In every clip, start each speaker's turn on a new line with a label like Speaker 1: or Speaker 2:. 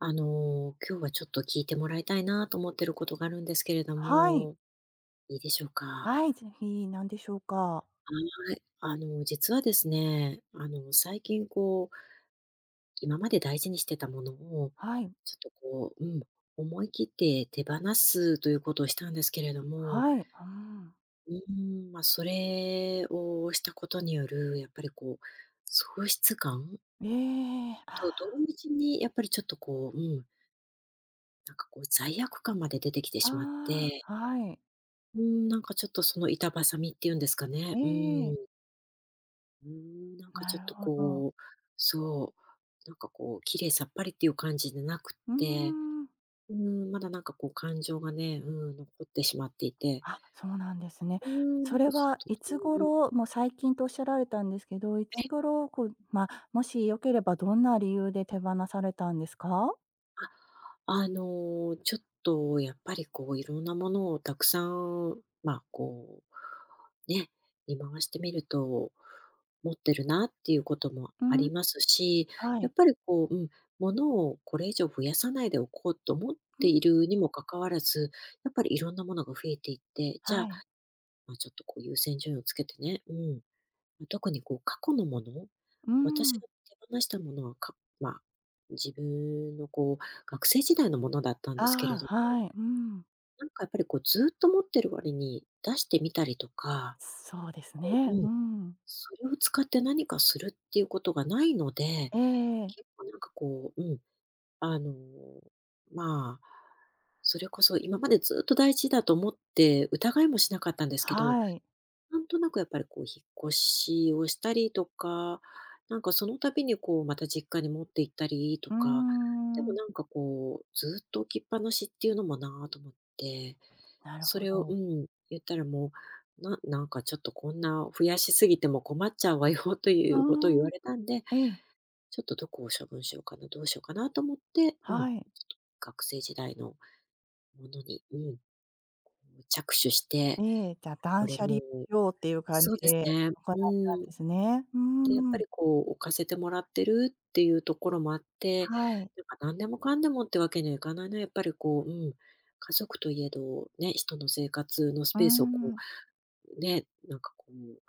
Speaker 1: 今日はちょっと聞いてもらいたいなと思ってることがあるんですけれど
Speaker 2: はい。
Speaker 1: も、いいでしょうか？
Speaker 2: はい、ぜひ、なんでしょうか。
Speaker 1: はい。実はですね、最近こう、今まで大事にしてたものを、
Speaker 2: はい。
Speaker 1: ちょっとこう、うん、思い切って手放すということをしたんですけれども、
Speaker 2: はい。うん。
Speaker 1: うん、まあ、それをしたことによる、やっぱりこう、喪失感
Speaker 2: え
Speaker 1: と
Speaker 2: え。
Speaker 1: 同時にやっぱりちょっとこう、うん、なんかこう罪悪感まで出てきて
Speaker 2: あ
Speaker 1: しまっ
Speaker 2: あ
Speaker 1: て、
Speaker 2: ー、はい。
Speaker 1: うーん、なんかちょっとその板挟みっていうんですか
Speaker 2: え
Speaker 1: ね。う
Speaker 2: え、
Speaker 1: ーん。うーん、なんか
Speaker 2: な
Speaker 1: ちょっ
Speaker 2: る
Speaker 1: と
Speaker 2: ほど。
Speaker 1: こう、そう、なんかこう、綺麗さっぱりっていう感じでなくっ
Speaker 2: うー
Speaker 1: て、
Speaker 2: ん。
Speaker 1: うーん、まだなんかこう感情がね、うん、残ってしまっていて、
Speaker 2: あ、そうなんですね。
Speaker 1: うーん、な
Speaker 2: そ
Speaker 1: ん
Speaker 2: れ
Speaker 1: かちょっ
Speaker 2: は
Speaker 1: と、
Speaker 2: いつ
Speaker 1: うんうん、
Speaker 2: 頃、もう最近とおっしゃられたんですけど、い
Speaker 1: え、
Speaker 2: つ頃、こう、まあ、もしよければどんな理由で手放されたんですか？
Speaker 1: あの、ちょっとやっぱりこういろんなものをたくさん、まあこう、ね、見回してみると、持ってるなっていうことも
Speaker 2: う
Speaker 1: あ
Speaker 2: ん、
Speaker 1: りますし、
Speaker 2: は
Speaker 1: や
Speaker 2: い。
Speaker 1: っぱりこう、うん、物をこれ以上増やさないでおこうと思っ
Speaker 2: う
Speaker 1: て
Speaker 2: ん、
Speaker 1: いるにもかかわらず、やっぱりいろんなものが増えていって、じゃ
Speaker 2: は
Speaker 1: あ、
Speaker 2: い。
Speaker 1: まあ、ちょっとこう優先順位をつけてね、うん、特にこう過去のもの、
Speaker 2: うー
Speaker 1: 私が
Speaker 2: ん。
Speaker 1: 手放したものは、まあ、自分のこう学生時代のものだったん
Speaker 2: あ
Speaker 1: ですけれど
Speaker 2: あ、
Speaker 1: も、
Speaker 2: はい、うん。
Speaker 1: なんかやっぱりこうずっと持ってる割に出してみたりとか、
Speaker 2: そうですね、
Speaker 1: う
Speaker 2: う
Speaker 1: ん、
Speaker 2: ん。
Speaker 1: それを使って何かするっていうことがないので、
Speaker 2: ええ、
Speaker 1: 結構なんかこう、うん、あの、まあ、それこそ今までずっと大事だと思って疑いもしなかったんですけど、
Speaker 2: はい。
Speaker 1: なんとなくやっぱりこう引っ越しをしたりとか、なんかその度にこうまた実家に持って行ったりと
Speaker 2: うー
Speaker 1: か、でも
Speaker 2: ん、
Speaker 1: なんかこうずっと置きっぱなしっていうのもなぁと思って、
Speaker 2: なる
Speaker 1: そ
Speaker 2: ほ
Speaker 1: れを、う
Speaker 2: ど。
Speaker 1: ん、言ったらもう、なんかちょっとこんな増やしすぎても困っちゃうわよ と
Speaker 2: あ
Speaker 1: いうことを言われ
Speaker 2: あ、
Speaker 1: たんで、
Speaker 2: ええ、
Speaker 1: ちょっとどこを処分しようかな、どうしようかなと思って、うん、ちょっ
Speaker 2: はい。
Speaker 1: と学生時代のものに、うん、着手して、
Speaker 2: ええ、じゃ、
Speaker 1: こ
Speaker 2: 断
Speaker 1: れ
Speaker 2: 捨離
Speaker 1: も、
Speaker 2: しようっていう感
Speaker 1: そう
Speaker 2: じ
Speaker 1: です
Speaker 2: で
Speaker 1: ね、
Speaker 2: 行っ
Speaker 1: う
Speaker 2: たん
Speaker 1: ん、
Speaker 2: ですね。うー
Speaker 1: で、やっぱ
Speaker 2: ん、
Speaker 1: りこう、置かせてもらってるっていうところもあって、
Speaker 2: はい。
Speaker 1: なんか何でもかんでもってわけにはいかないな、やっぱりこう、うん、家族といえど、ね、人の生活のス
Speaker 2: うー
Speaker 1: ペースをこ
Speaker 2: ん、
Speaker 1: う、ね、なんかこう、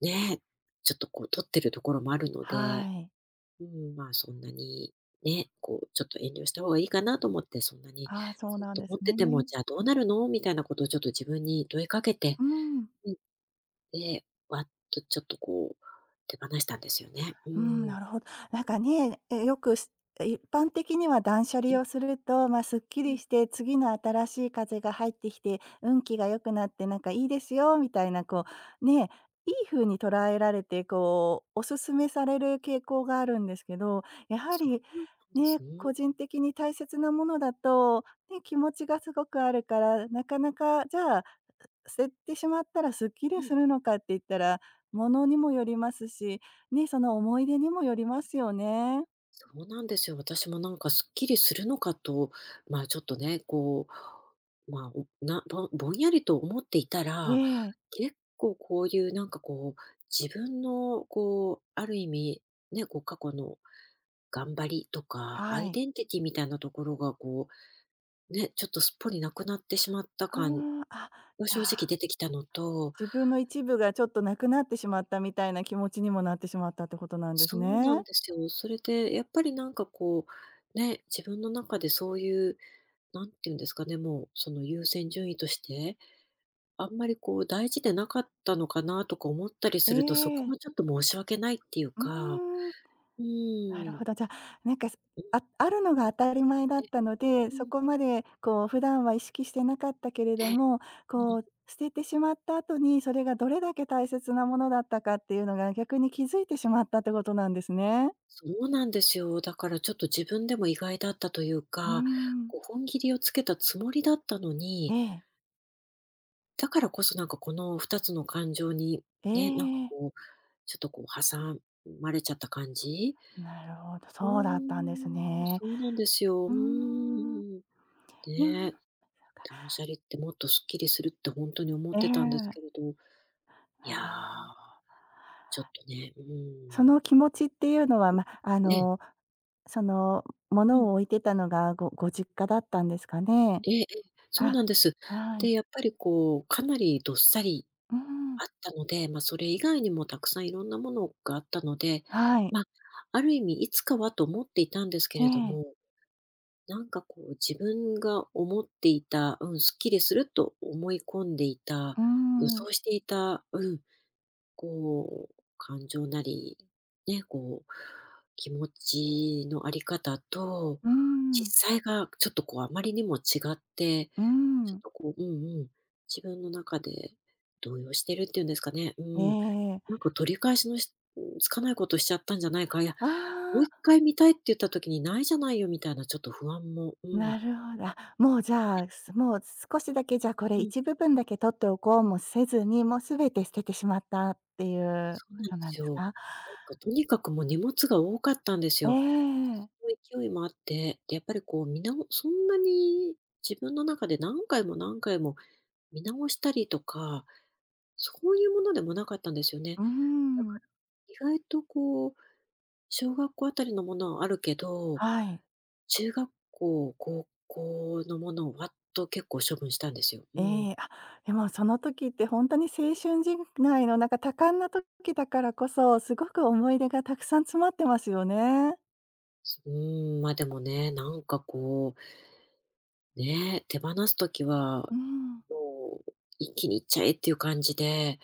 Speaker 1: ね、ちょっとこう取ってるところもあるの
Speaker 2: は
Speaker 1: で、
Speaker 2: い。
Speaker 1: うん、まあそんなに、ね、こうちょっと遠慮した方がいいかなと思って、そんなに
Speaker 2: ああ、そう
Speaker 1: ずっ
Speaker 2: なん
Speaker 1: と
Speaker 2: です
Speaker 1: 持ってても、
Speaker 2: ね。
Speaker 1: じゃあどうなるのみたいなことをちょっと自分に問いかけて、
Speaker 2: うーん。
Speaker 1: うん、で、わっとちょっとこう、手放したんですよね。う
Speaker 2: うん、
Speaker 1: ん。
Speaker 2: なるほど。なんかね、よく、一般的には断捨離をすると、まあ、すっき
Speaker 1: う
Speaker 2: り
Speaker 1: ん、
Speaker 2: して、次の新しい風が入ってきて、運気が良くなって、なんかいいですよみたいな、こう、ね、いい風に捉えられて、こう、お勧めされる傾向があるんですけど、やは
Speaker 1: そう
Speaker 2: り、
Speaker 1: なんです
Speaker 2: ね、
Speaker 1: ね。
Speaker 2: 個人的に大切なものだと、ね、気持ちがすごくあるから、なかなか、じゃあ捨ててしまったらすっき
Speaker 1: う
Speaker 2: り
Speaker 1: ん、
Speaker 2: するのかって言ったら、ものにもよりますし、ね、その思い出にもよりますよね。
Speaker 1: そうなんですよ。私もなんかすっきりするのかと、まあ、ちょっとね、こう、まあ、ぼぼんやりと思っていた
Speaker 2: え
Speaker 1: ら、
Speaker 2: え、
Speaker 1: 結構こういうなんかこう、自分のこう、ある意味、ね、こう過去の頑張りとか、
Speaker 2: は
Speaker 1: アイ
Speaker 2: い。
Speaker 1: デンティティみたいなところがこう、ね、ちょっとすっぽりなくなってしまった
Speaker 2: あ
Speaker 1: 感
Speaker 2: あ、あ、
Speaker 1: が
Speaker 2: じゃ
Speaker 1: 正直
Speaker 2: あ、
Speaker 1: 出てきたのと、
Speaker 2: 自分の一部がちょっとなくなってしまったみたいな気持ちにもなってしまったってことなんです
Speaker 1: そうな
Speaker 2: ね。
Speaker 1: んですよ。それで、やっぱりなんかこう、ね、自分の中でそういう、なんていうんですかね、もうその優先順位として、あんまりこう大事でなかったのかなとか思ったり
Speaker 2: え
Speaker 1: すると、そこ
Speaker 2: え。
Speaker 1: もちょっと申し訳ないっていう
Speaker 2: う
Speaker 1: か、
Speaker 2: ーん。
Speaker 1: う
Speaker 2: なる
Speaker 1: ーん、
Speaker 2: ほど。じゃあ、なんか、す
Speaker 1: うん、
Speaker 2: ああるのが当たり前だ
Speaker 1: え、
Speaker 2: ったので、
Speaker 1: う
Speaker 2: そ
Speaker 1: ん、
Speaker 2: こまでこう普段は意識してなかったけれど
Speaker 1: え、
Speaker 2: も、
Speaker 1: う
Speaker 2: こ
Speaker 1: ん。
Speaker 2: う捨ててしまった後に、それがどれだけ大切なものだったかっていうのが、逆に気づいてしまったってことなんですね。
Speaker 1: そうなんですよ。だからちょっと自分でも意外だったという
Speaker 2: うー
Speaker 1: か、
Speaker 2: ん。
Speaker 1: こう本切りをつけたつもりだったの
Speaker 2: え
Speaker 1: に、
Speaker 2: え。
Speaker 1: だからこそなんかこの2つの感情に、
Speaker 2: え
Speaker 1: ね、なんか
Speaker 2: え。
Speaker 1: こう、ちょっとこう挟まれちゃった感じ。
Speaker 2: なるほど、
Speaker 1: う
Speaker 2: そうだった
Speaker 1: ー
Speaker 2: んです
Speaker 1: ん、
Speaker 2: ね。
Speaker 1: そうなんですよ。う
Speaker 2: うー
Speaker 1: ー
Speaker 2: ん。
Speaker 1: ん。
Speaker 2: うん、
Speaker 1: ねえ、断捨離ってもっとスッキリするって本当に思っ
Speaker 2: え
Speaker 1: てたんです
Speaker 2: え。
Speaker 1: けれど、いや
Speaker 2: なる
Speaker 1: ー、
Speaker 2: ほ
Speaker 1: ちょっとね、う
Speaker 2: そ
Speaker 1: ーん。
Speaker 2: の気持ちっていうのは、ま、あ
Speaker 1: ええ。
Speaker 2: の、その、
Speaker 1: う
Speaker 2: 物
Speaker 1: ん。
Speaker 2: を置いてたのがご実家だったんですかね？
Speaker 1: ええええ、そう
Speaker 2: あ、
Speaker 1: なんです。
Speaker 2: は
Speaker 1: で、
Speaker 2: い。
Speaker 1: やっぱりこう、かなりどっさり
Speaker 2: うーん。
Speaker 1: あったので、まあ、それ以外にもたくさんいろんなものがあったので、
Speaker 2: はい。
Speaker 1: まあ、ある意味いつかはと思っていたんですけ
Speaker 2: え
Speaker 1: れど
Speaker 2: え。
Speaker 1: も、なんかこう自分が思っていた、うん、すっきりすると思い込んでいた、
Speaker 2: うー
Speaker 1: 予
Speaker 2: ん。
Speaker 1: 想していた、うん、こう感情なり、ね、こう気持ちのあり方と、
Speaker 2: うーん。
Speaker 1: 実際がちょっとこうあまりにも違って
Speaker 2: うー
Speaker 1: ちょっ
Speaker 2: ん。
Speaker 1: とこううんうん、自分の中で動揺してるっていうんですかね。う
Speaker 2: え
Speaker 1: ん。
Speaker 2: え。
Speaker 1: なんか取り返しのしつかないことしちゃったんじゃないか、いや、もう一
Speaker 2: あ
Speaker 1: 回見たいって言った時にないじゃないよみたいなちょっと不安も、う
Speaker 2: あ、
Speaker 1: ん、
Speaker 2: なるほど。あ、もうじゃあ、もう少しだけじゃあこれ
Speaker 1: うん、
Speaker 2: 一部分だけ取っておこうもせずに、もう全て捨ててしまったっていう
Speaker 1: そうな
Speaker 2: こ
Speaker 1: んで
Speaker 2: となん
Speaker 1: す
Speaker 2: です
Speaker 1: よ。
Speaker 2: か？
Speaker 1: なんかとにかくもう荷物が多かったんです
Speaker 2: え
Speaker 1: よ。
Speaker 2: え。
Speaker 1: で、その勢いもあって、で、やっぱりこうそんなに自分の中で何回も何回も見直したりとか、そういうものでもなかったんですよね。
Speaker 2: うー
Speaker 1: だから、
Speaker 2: ん。
Speaker 1: 意外とこう小学校あたりのものはあるけど、
Speaker 2: はい。
Speaker 1: 中学校、高校のものをわっと結構処分したんですよ。うん。
Speaker 2: ええ。あ、でもその時ってほんとに青春時代のなんか多感な時だからこそ、すごく思い出がたくさん詰まってますよね。
Speaker 1: すうーん、ま、でもね、なんかこう、ね、手放すときは
Speaker 2: うん。
Speaker 1: もう一気にいっちゃえっていう感じで、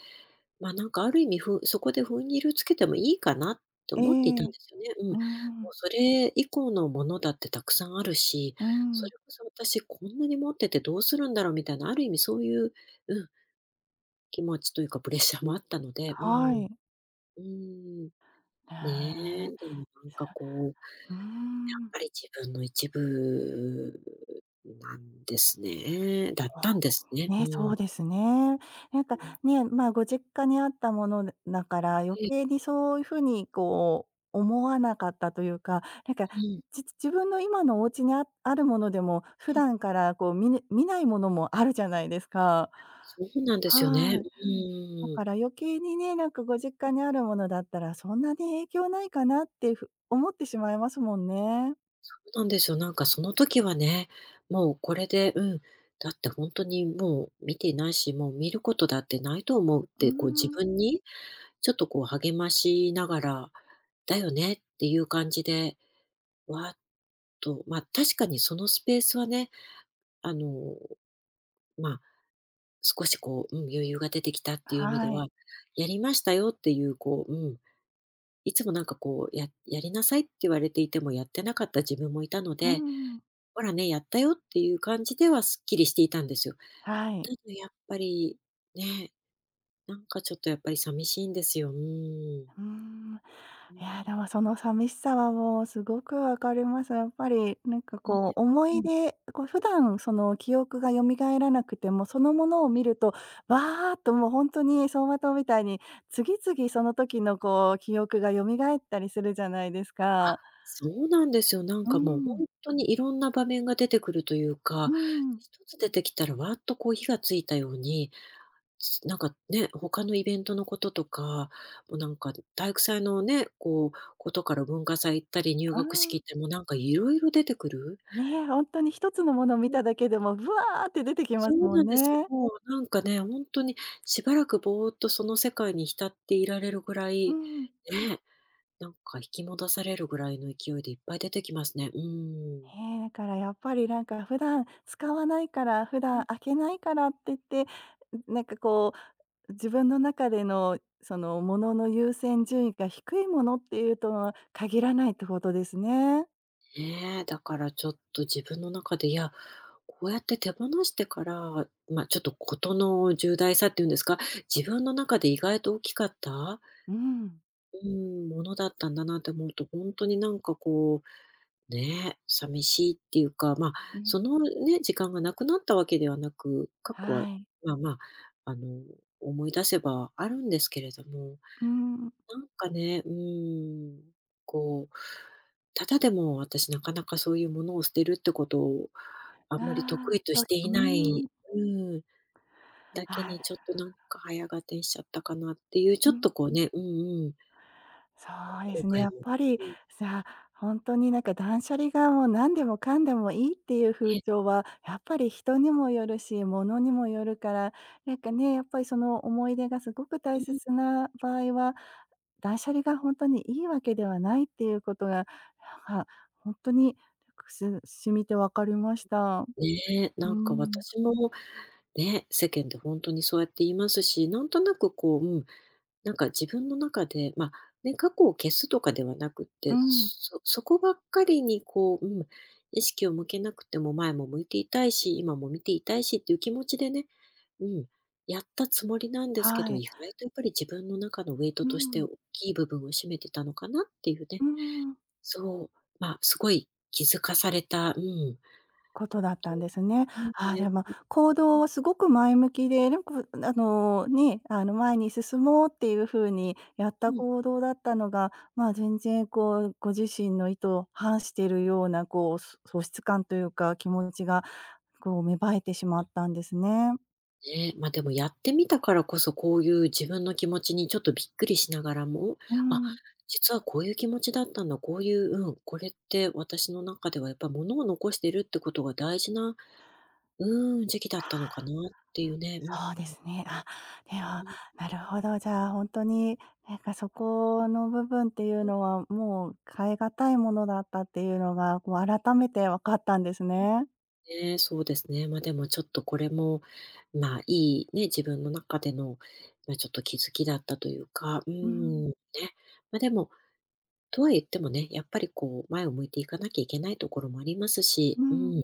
Speaker 1: ま、なんかある意味そこで踏ん切りをつけてもいいかなって
Speaker 2: え
Speaker 1: 思っていたん
Speaker 2: え。
Speaker 1: ですよね。うん。も
Speaker 2: う
Speaker 1: う
Speaker 2: ん、
Speaker 1: それ以降のものだってたくさんあるし、
Speaker 2: う
Speaker 1: そ
Speaker 2: ん。
Speaker 1: れこそ私こんなに持っててどうするんだろうみたいな、ある意味そういううん、気持ちというか、プレッシャーもあったので、う
Speaker 2: は
Speaker 1: ん。
Speaker 2: い。
Speaker 1: うーん。
Speaker 2: へ
Speaker 1: ね
Speaker 2: え、
Speaker 1: え、でもなんかこう、や
Speaker 2: うー
Speaker 1: っ
Speaker 2: ん。
Speaker 1: ぱり自分の一部なんですね。だっ
Speaker 2: あ、
Speaker 1: たんですね。う
Speaker 2: ね、そ
Speaker 1: ん。
Speaker 2: うですね。なんかね、まあ、ご実家にあったものだから余
Speaker 1: ええ、
Speaker 2: 計にそういう風にこう思わなかったというか、なんか、
Speaker 1: うん。
Speaker 2: 自分の今のお家にあるものでも、普
Speaker 1: え、
Speaker 2: 段からこう見ないものもあるじゃないですか。
Speaker 1: そうなんですよね。
Speaker 2: はい。
Speaker 1: う
Speaker 2: だ
Speaker 1: ー
Speaker 2: か
Speaker 1: ん。
Speaker 2: ら余計にね、なんかご実家にあるものだったら、そんなに影響ないかなって思ってしまいますもんね。
Speaker 1: そうなんですよ。なんかその時はね、もうこれでうん、だって本当にもう見ていないし、もう見ることだってないと思うっ
Speaker 2: うー
Speaker 1: て、こう自
Speaker 2: ん。
Speaker 1: 分にちょっとこう励ましながら、だよねっていう感じで、わーっと、まあ確かにそのスペースはね、あの、まあ少しこう、うん、余裕が出てきたっていう意味で
Speaker 2: はい。
Speaker 1: は、やりましたよっていう、こう、うん、いつもなんかこう、やりなさいって言われていてもやってなかった自分もいたの
Speaker 2: うー
Speaker 1: で、
Speaker 2: ん。
Speaker 1: ほらね、やったよっていう感じではすっきりしていたんですよ。
Speaker 2: は
Speaker 1: た
Speaker 2: い。
Speaker 1: だやっぱり、ね、なんかちょっとやっぱり寂しいんですよ。うん。
Speaker 2: うーん。
Speaker 1: う
Speaker 2: いや、で
Speaker 1: ん。
Speaker 2: もその寂しさはもうすごくわかります。やっぱりなんか
Speaker 1: ね
Speaker 2: こう思
Speaker 1: う
Speaker 2: い
Speaker 1: ん
Speaker 2: 出、こう普段その記憶が蘇らなくても、そのものを見ると、わーっともう本当に走馬灯みたいに、次々その時のこう記憶が蘇ったりするじゃないです
Speaker 1: あ、
Speaker 2: か。
Speaker 1: そうなんですよ。なん
Speaker 2: う
Speaker 1: かもう
Speaker 2: ん。
Speaker 1: 本当にいろんな場面が出てくるという
Speaker 2: う
Speaker 1: か、
Speaker 2: ん。
Speaker 1: 一つ出てきたらわーっとこう火がついたように、なんかね、他のイベントのこととか、もうなんか体育祭のね、こう、ことから文化祭行ったり入学式
Speaker 2: あ
Speaker 1: 行ってもうなんかいろいろ出てくる。
Speaker 2: あ、ね、ほんとに一つのものを
Speaker 1: う
Speaker 2: 見
Speaker 1: ん、
Speaker 2: ただけでも、ブワーって出てきま
Speaker 1: そ
Speaker 2: す
Speaker 1: う
Speaker 2: もん
Speaker 1: なんです。
Speaker 2: ね。
Speaker 1: もうなんかね、本当にしばらくぼーっとその世界に浸っていられるぐら
Speaker 2: う
Speaker 1: い、
Speaker 2: ん。
Speaker 1: ね、なんか引き戻されるぐらいの勢いでいっぱい出てきますね。うん。
Speaker 2: へえ、だからやっぱりなんか普段使わないから、普段開けないからって言って、なんかこう、自分の中でのそのものの優先順位が低いものっていうとは限らないってことですね。
Speaker 1: ねえ、だからちょっと自分の中で、いや、こうやって手放してから、まあ、ちょっと事の重大さっていうんですか、自分の中で意外と大きかった、
Speaker 2: うん。
Speaker 1: うん、ものだったんだなって思うと、本当になんかこう、ねえ、寂しいっていうか、まあ、
Speaker 2: うん。
Speaker 1: そのね、時間がなくなったわけではなく、過去は、
Speaker 2: はい。
Speaker 1: まあまあ、思い出せばあるんですけれども
Speaker 2: うん。
Speaker 1: なんかね、うーん、こう、ただでも私なかなかそういうものを捨てるってことをあんまり得意
Speaker 2: ああ、
Speaker 1: と
Speaker 2: と
Speaker 1: し
Speaker 2: う
Speaker 1: て
Speaker 2: ー
Speaker 1: いない
Speaker 2: ん。
Speaker 1: うん、だけ
Speaker 2: あら、
Speaker 1: にちょっとなんか早が点しちゃったかなっていう、ち
Speaker 2: う
Speaker 1: ょっ
Speaker 2: ん。
Speaker 1: とこうね、うんうん、
Speaker 2: そ
Speaker 1: こ
Speaker 2: う
Speaker 1: う
Speaker 2: です
Speaker 1: 後
Speaker 2: ね、や
Speaker 1: 悔
Speaker 2: っ
Speaker 1: も、
Speaker 2: ぱり、
Speaker 1: うん、
Speaker 2: さ本当になんか断捨離がもう何でもかんでもいいっていう風
Speaker 1: え、
Speaker 2: 潮は、やっぱり人にもよるし、物にもよるから、なんかね、やっぱりその思い出がすごく大
Speaker 1: うん、
Speaker 2: 切な場合は、断捨離が本当にいいわけではないっていうことが、なんか本当に、し染みてわかりました。
Speaker 1: ねえ、
Speaker 2: う
Speaker 1: なんか
Speaker 2: ん。
Speaker 1: 私もね、世間で本当にそうやって言いますし、なんとなくこう、うん、なんか自分の中で、ま、ね、過去を消すとかではなくっ
Speaker 2: う
Speaker 1: て、
Speaker 2: ん。
Speaker 1: そこばっかりにこう、うん、意識を向けなくても前も向いていたいし、今も見ていたいしっていう気持ちでね、うん、やったつもりなんですけ
Speaker 2: は
Speaker 1: ど、
Speaker 2: い。
Speaker 1: 意外とやっぱり自分の中のウェイト
Speaker 2: う
Speaker 1: として
Speaker 2: ん。
Speaker 1: 大きい部分を占めてたのかなっていうね。
Speaker 2: うん。
Speaker 1: そう、まあ、すごい気づかされた、うん。
Speaker 2: ことだったんですね。
Speaker 1: うん、
Speaker 2: ああ、
Speaker 1: ね、
Speaker 2: でも、行動はすごく前向きで、なんか、ね、前に進もうっていう風にやっ
Speaker 1: う
Speaker 2: た
Speaker 1: ん。
Speaker 2: 行動だったのが、まあ、全然こう、ご自身の意図を反しているような、こう、喪失感というか、気持ちが、こう、芽生えてしまったんですね。
Speaker 1: ね、ま、でもやってみたからこそ、こういう自分の気持ちにちょっとびっくりしながらも、
Speaker 2: う
Speaker 1: あ、
Speaker 2: ん。
Speaker 1: 実はこういう気持ちだったんだ、こういう、うん、これって私の中ではやっぱり物を残してるってことが大事な、うん、時期だったのかなっていうね、う
Speaker 2: そうで
Speaker 1: ん。
Speaker 2: すね。あ、で
Speaker 1: う
Speaker 2: は、
Speaker 1: ん、
Speaker 2: なるほど。じゃあ、本当に、なんかそこの部分っていうのは、もう変え難いものだったっていうのが、こう改めて分かったんですね。
Speaker 1: ね、そうですね。ま、でもちょっとこれも、まあ、いいね、自分の中での、まあ、ちょっと気づきだったというか、う
Speaker 2: うん、
Speaker 1: ん、ね。ま、でもとは言ってもね、やっぱりこう前を向いていかなきゃいけないところもありますし、
Speaker 2: う
Speaker 1: う
Speaker 2: ん、
Speaker 1: ん、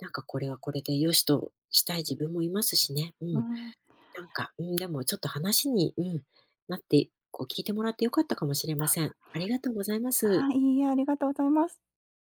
Speaker 1: なんかこれはこれで良しとしたい自分もいますしね。うん、
Speaker 2: うん。
Speaker 1: なんか、うん、でもちょっと話に、うん、なって、こう聞いてもらって良かったかもしれません。ありがとうございます。
Speaker 2: はい、いいえ、ありがとうございます。